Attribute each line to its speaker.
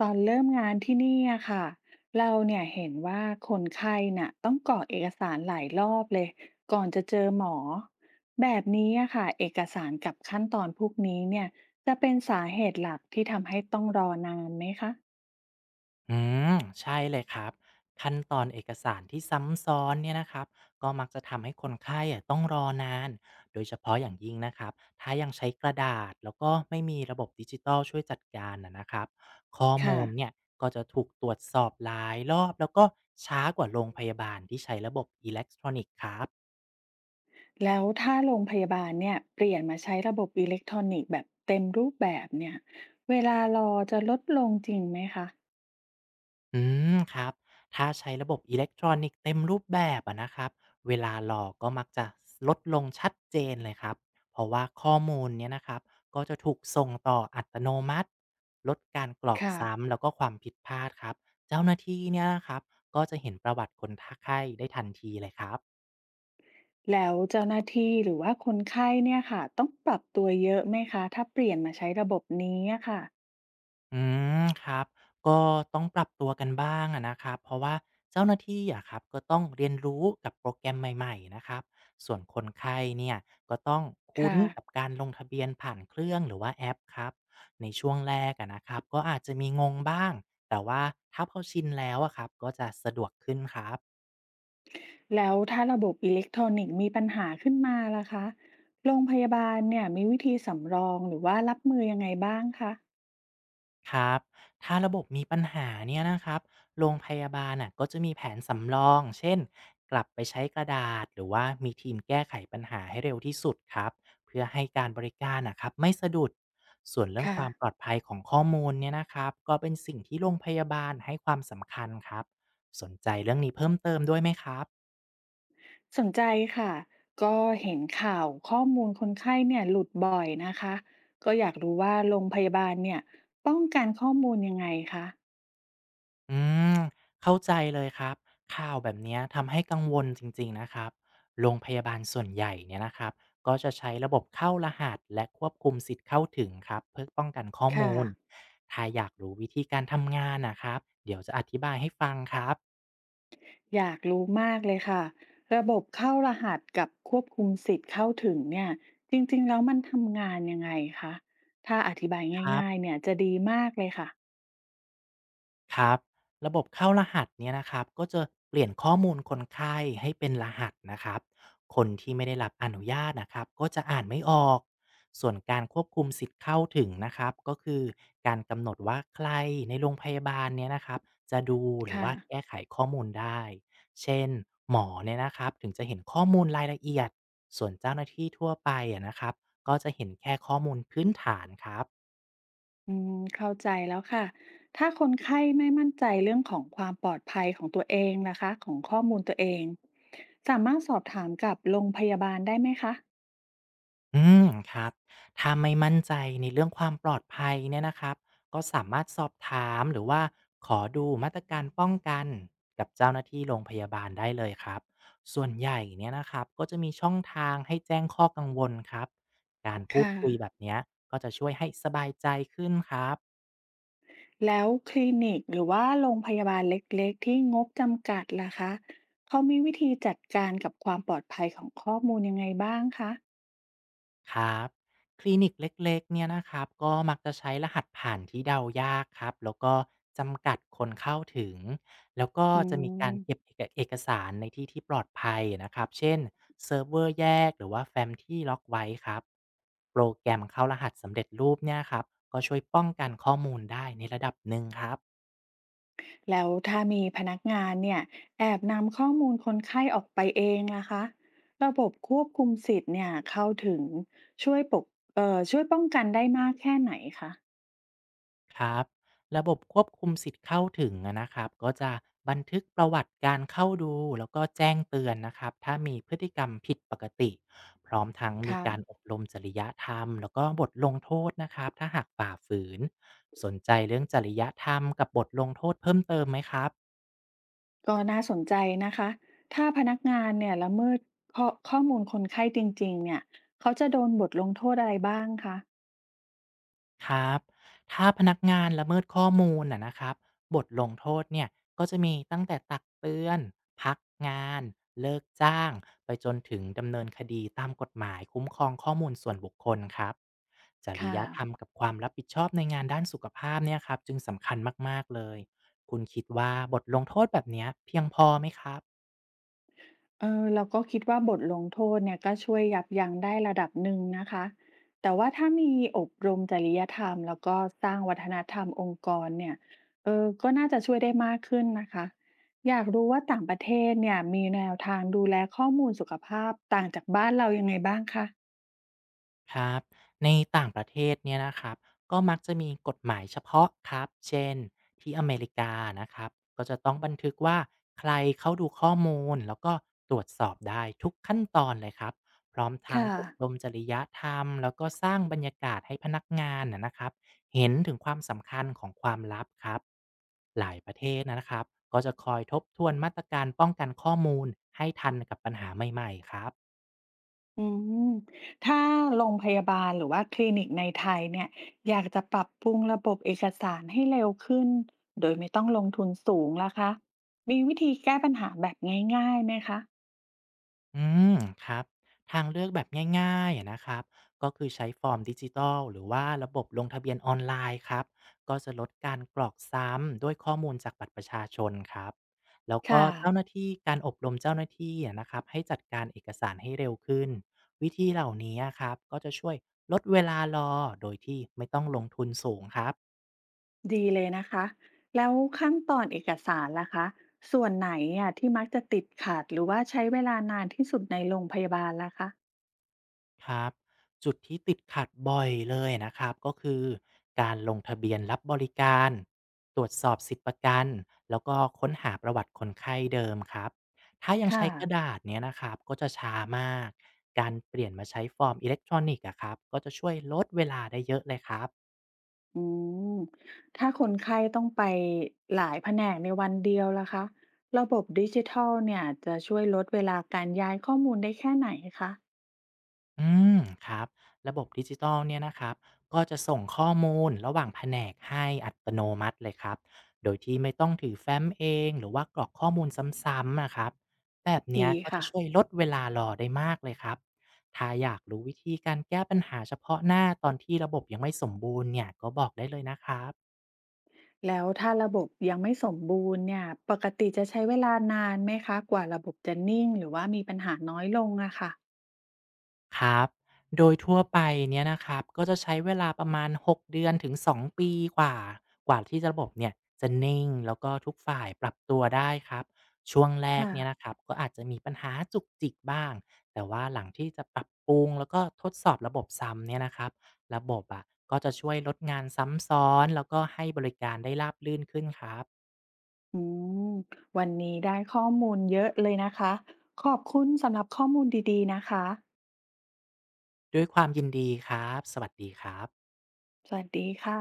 Speaker 1: ตอนเริ่มงานที่นี่อะค่ะเราเนี่ยเห็นว่าคนไข้น่ะต้องกรอกเอกสารหลายรอบเลยก่อนจะเจอหมอแบบนี้อะค่ะเอกสารกับขั้นตอนพวกนี้เนี่ยจะเป็นสาเหตุหลักที่ทำให้ต้องรอนานไหมคะ
Speaker 2: อืมใช่เลยครับขั้นตอนเอกสารที่ซ้ำซ้อนเนี่ยนะครับก็มักจะทำให้คนไข้อะต้องรอนานโดยเฉพาะอย่างยิ่งนะครับถ้ายังใช้กระดาษแล้วก็ไม่มีระบบดิจิทัลช่วยจัดการนะครับข้อ
Speaker 1: ค่ะ
Speaker 2: มูลเนี่ยก็จะถูกตรวจสอบหลายรอบแล้วก็ช้ากว่าโรงพยาบาลที่ใช้ระบบอิเล็กทรอนิกส์ครับ
Speaker 1: แล้วถ้าโรงพยาบาลเนี่ยเปลี่ยนมาใช้ระบบอิเล็กทรอนิกส์แบบเต็มรูปแบบเนี่ยเวลารอจะลดลงจริงไหมคะ
Speaker 2: อืครับถ้าใช้ระบบอิเล็กทรอนิกส์เต็มรูปแบบอะนะครับเวลารอกก็มักจะลดลงชัดเจนเลยครับเพราะว่าข้อมูลเนี้ยนะครับก็จะถูกส่งต่ออัตโนมัติลดการกรอก
Speaker 1: ค่ะ
Speaker 2: ซ้ำแล้วก็ความผิดพลาดครับเจ้าหน้าที่เนี่ยนะครับก็จะเห็นประวัติคนทักไข้ได้ทันทีเลยครับ
Speaker 1: แล้วเจ้าหน้าที่หรือว่าคนไข้เนี่ยค่ะต้องปรับตัวเยอะไหมคะถ้าเปลี่ยนมาใช้ระบบนี้อะค่ะ
Speaker 2: อืครับก็ต้องปรับตัวกันบ้างอะนะครับเพราะว่าเจ้าหน้าที่อะครับก็ต้องเรียนรู้กับโปรแกรมใหม่ๆนะครับส่วนคนไข้เนี่ยก็ต้องคุ้น
Speaker 1: ค่ะ
Speaker 2: กับการลงทะเบียนผ่านเครื่องหรือว่าแอปครับในช่วงแรกอะนะครับก็อาจจะมีงงบ้างแต่ว่าถ้าเขาชินแล้วอะครับก็จะสะดวกขึ้นครับ
Speaker 1: แล้วถ้าระบบอิเล็กทรอนิกส์มีปัญหาขึ้นมาล่ะคะโรงพยาบาลเนี่ยมีวิธีสำรองหรือว่ารับมือยังไงบ้างคะ
Speaker 2: ครับถ้าระบบมีปัญหาเนี่ยนะครับโรงพยาบาลน่ะก็จะมีแผนสำรองเช่นกลับไปใช้กระดาษหรือว่ามีทีมแก้ไขปัญหาให้เร็วที่สุดครับเพื่อให้การบริการนะครับไม่สะดุดส่วนเรื่อง
Speaker 1: ค่ะ
Speaker 2: ความปลอดภัยของข้อมูลเนี่ยนะครับก็เป็นสิ่งที่โรงพยาบาลให้ความสำคัญครับสนใจเรื่องนี้เพิ่มเติมด้วยไหมครับ
Speaker 1: สนใจค่ะก็เห็นข่าวข้อมูลคนไข้เนี่ยหลุดบ่อยนะคะก็อยากรู้ว่าโรงพยาบาลเนี่ยป้องกันข้อมูลยังไงคะ
Speaker 2: อืมเข้าใจเลยครับข่าวแบบเนี้ยทำให้กังวลจริงๆนะครับโรงพยาบาลส่วนใหญ่เนี่ยนะครับก็จะใช้ระบบเข้ารหัสและควบคุมสิทธิ์เข้าถึงครับเพื่อป้องกันข้อ
Speaker 1: ค่ะ
Speaker 2: มูลถ้าอยากรู้วิธีการทำงานนะครับเดี๋ยวจะอธิบายให้ฟังครับ
Speaker 1: อยากรู้มากเลยค่ะระบบเข้ารหัสกับควบคุมสิทธิ์เข้าถึงเนี่ยจริงๆแล้วมันทำงานยังไงคะถ้าอธิบาย
Speaker 2: ครั
Speaker 1: ง่ายๆ
Speaker 2: บ
Speaker 1: เนี่ยจะดีมากเลยค่ะ
Speaker 2: ครับระบบเข้ารหัสเนี่ยนะครับก็จะเปลี่ยนข้อมูลคนไข้ให้เป็นรหัสนะครับคนที่ไม่ได้รับอนุญาตนะครับก็จะอ่านไม่ออกส่วนการควบคุมสิทธิ์เข้าถึงนะครับก็คือการกำหนดว่าใครในโรงพยาบาลเนี่ยนะครับจะดูหรือ
Speaker 1: ค่ะ
Speaker 2: ว่าแก้ไขข้อมูลได้เช่นหมอเนี่ยนะครับถึงจะเห็นข้อมูลรายละเอียดส่วนเจ้าหน้าที่ทั่วไปอะนะครับก็จะเห็นแค่ข้อมูลพื้นฐานครับ
Speaker 1: อืมเข้าใจแล้วค่ะถ้าคนไข้ไม่มั่นใจเรื่องของความปลอดภัยของตัวเองนะคะของข้อมูลตัวเองสามารถสอบถามกับโรงพยาบาลได้ไหมคะ
Speaker 2: ครับถ้าไม่มั่นใจในเรื่องความปลอดภัยเนี่ยนะครับก็สามารถสอบถามหรือว่าขอดูมาตรการป้องกันกับเจ้าหน้าที่โรงพยาบาลได้เลยครับส่วนใหญ่เนี่ยนะครับก็จะมีช่องทางให้แจ้งข้อกังวลครับการพูด
Speaker 1: ค่ะ
Speaker 2: คุยแบบเนี้ยก็จะช่วยให้สบายใจขึ้นครับ
Speaker 1: แล้วคลินิกหรือว่าโรงพยาบาลเล็กๆที่งบจำกัดล่ะคะเขามีวิธีจัดการกับความปลอดภัยของข้อมูลยังไงบ้างคะ
Speaker 2: ครับคลินิกเล็กๆเนี่ยนะครับก็มักจะใช้รหัสผ่านที่เดายากครับแล้วก็จำกัดคนเข้าถึงแล้วก็
Speaker 1: อื
Speaker 2: จะมีการเก็บ
Speaker 1: ม
Speaker 2: เอกสารในที่ที่ปลอดภัยนะครับเช่นเซิร์ฟเวอร์แยกหรือว่าแฟ้มที่ล็อกไว้ครับโปรแกรมเข้ารหัสสำเร็จรูปเนี่ยครับก็ช่วยป้องกันข้อมูลได้ในระดับหนึ่งครับ
Speaker 1: แล้วถ้ามีพนักงานเนี่ยแอบนำข้อมูลคนไข้ออกไปเองล่ะคะ ระบบควบคุมสิทธิ์เนี่ยเข้าถึงช่วยปกช่วยป้องกันได้มากแค่ไหนคะ
Speaker 2: ครับระบบควบคุมสิทธิ์เข้าถึงอะนะครับก็จะบันทึกประวัติการเข้าดูแล้วก็แจ้งเตือนนะครับถ้ามีพฤติกรรมผิดปกติพร้อมทั้งมี
Speaker 1: ค่ะ
Speaker 2: การอบรมจริยธรรมแล้วก็บทลงโทษนะครับถ้าหากฝ่าฝืนสนใจเรื่องจริยธรรมกับบทลงโทษเพิ่มเติมไหมครับ
Speaker 1: ก็น่าสนใจนะคะถ้าพนักงานเนี่ยละเมิดข้อมูลคนไข้จริงๆเนี่ยเขาจะโดนบทลงโทษอะไรบ้างคะ
Speaker 2: ครับถ้าพนักงานละเมิดข้อมูลนะครับบทลงโทษเนี่ยก็จะมีตั้งแต่ตักเตือนพักงานเลิกจ้างไปจนถึงดำเนินคดีตามกฎหมายคุ้มครองข้อมูลส่วนบุคคลครับจริ
Speaker 1: ค่ะ
Speaker 2: ยธรรมกับความรับผิดชอบในงานด้านสุขภาพเนี่ยครับจึงสำคัญมากๆเลยคุณคิดว่าบทลงโทษแบบเนี้ยเพียงพอไหมครับ
Speaker 1: เออเราก็คิดว่าบทลงโทษเนี่ยก็ช่วยยับยั้งได้ระดับหนึ่งนะคะแต่ว่าถ้ามีอบรมจริยธรรมแล้วก็สร้างวัฒนธรรมองค์กรเนี่ยเออก็น่าจะช่วยได้มากขึ้นนะคะอยากรู้ว่าต่างประเทศเนี่ยมีแนวทางดูแลข้อมูลสุขภาพต่างจากบ้านเรายังไงบ้างคะ
Speaker 2: ครับในต่างประเทศเนี่ยนะครับก็มักจะมีกฎหมายเฉพาะครับเช่นที่อเมริกานะครับก็จะต้องบันทึกว่าใครเข้าดูข้อมูลแล้วก็ตรวจสอบได้ทุกขั้นตอนเลยครับพร้อมทั้ง
Speaker 1: ค่ะ
Speaker 2: อบรมจริยธรรมแล้วก็สร้างบรรยากาศให้พนักงานนะครับเห็นถึงความสำคัญของความลับครับหลายประเทศนะครับก็จะคอยทบทวนมาตรการป้องกันข้อมูลให้ทันกับปัญหาใหม่ๆครับ
Speaker 1: อืมถ้าโรงพยาบาลหรือว่าคลินิกในไทยเนี่ยอยากจะปรับปรุงระบบเอกสารให้เร็วขึ้นโดยไม่ต้องลงทุนสูงล่ะคะมีวิธีแก้ปัญหาแบบง่ายๆไหมคะ
Speaker 2: อืมครับทางเลือกแบบง่ายๆนะครับก็คือใช้ฟอร์มดิจิทัลหรือว่าระบบลงทะเบียนออนไลน์ครับก็จะลดการกรอกซ้ำด้วยข้อมูลจากบัตรประชาชนครับแล้วก็
Speaker 1: ค่ะ
Speaker 2: เจ้าหน้าที่การอบรมเจ้าหน้าที่นะครับให้จัดการเอกสารให้เร็วขึ้นวิธีเหล่านี้ครับก็จะช่วยลดเวลารอโดยที่ไม่ต้องลงทุนสูงครับ
Speaker 1: ดีเลยนะคะแล้วขั้นตอนเอกสารล่ะคะส่วนไหนอ่ะที่มักจะติดขัดหรือว่าใช้เวลานานที่สุดในโรงพยาบาลล่ะคะ
Speaker 2: ครับจุดที่ติดขัดบ่อยเลยนะครับก็คือการลงทะเบียนรับบริการตรวจสอบสิทธิประกันแล้วก็ค้นหาประวัติคนไข้เดิมครับถ้ายัง
Speaker 1: ค่ะ
Speaker 2: ใช้กระดาษเนี้ยนะครับก็จะช้ามากการเปลี่ยนมาใช้ฟอร์มอิเล็กทรอนิกส์ครับก็จะช่วยลดเวลาได้เยอะเลยครับ
Speaker 1: อืมถ้าคนไข้ต้องไปหลายแผนกในวันเดียวล่ะคะระบบดิจิทัลเนี่ยจะช่วยลดเวลาการย้ายข้อมูลได้แค่ไหนคะ
Speaker 2: อืมครับระบบดิจิตอลเนี่ยนะครับก็จะส่งข้อมูลระหว่างแผนกให้อัตโนมัติเลยครับโดยที่ไม่ต้องถือแฟ้มเองหรือว่ากรอกข้อมูลซ้ำๆนะครับแบบเนี้ย
Speaker 1: ดี
Speaker 2: ก็จะ
Speaker 1: ค่ะ
Speaker 2: ช่วยลดเวลารอได้มากเลยครับถ้าอยากรู้วิธีการแก้ปัญหาเฉพาะหน้าตอนที่ระบบยังไม่สมบูรณ์เนี่ยก็บอกได้เลยนะครับ
Speaker 1: แล้วถ้าระบบยังไม่สมบูรณ์เนี่ยปกติจะใช้เวลานานไหมคะกว่าระบบจะนิ่งหรือว่ามีปัญหาน้อยลงอะค่ะ
Speaker 2: ครับ โดยทั่วไปเนี่ยนะครับก็จะใช้เวลาประมาณ6เดือนถึง2ปีกว่ากว่าที่ระบบเนี่ยจะนิ่งแล้วก็ทุกฝ่ายปรับตัวได้ครับช่วงแรก
Speaker 1: ค่ะ
Speaker 2: เนี่ยนะครับก็อาจจะมีปัญหาจุกจิกบ้างแต่ว่าหลังที่จะปรับปรุงแล้วก็ทดสอบระบบซ้ำเนี่ยนะครับระบบอะก็จะช่วยลดงานซ้ำซ้อนแล้วก็ให้บริการได้ราบรื่นขึ้นครับ
Speaker 1: อืมวันนี้ได้ข้อมูลเยอะเลยนะคะขอบคุณสำหรับข้อมูลดีๆนะคะ
Speaker 2: ด้วยความยินดีครับสวัสดีครับ
Speaker 1: สวัสดีค่ะ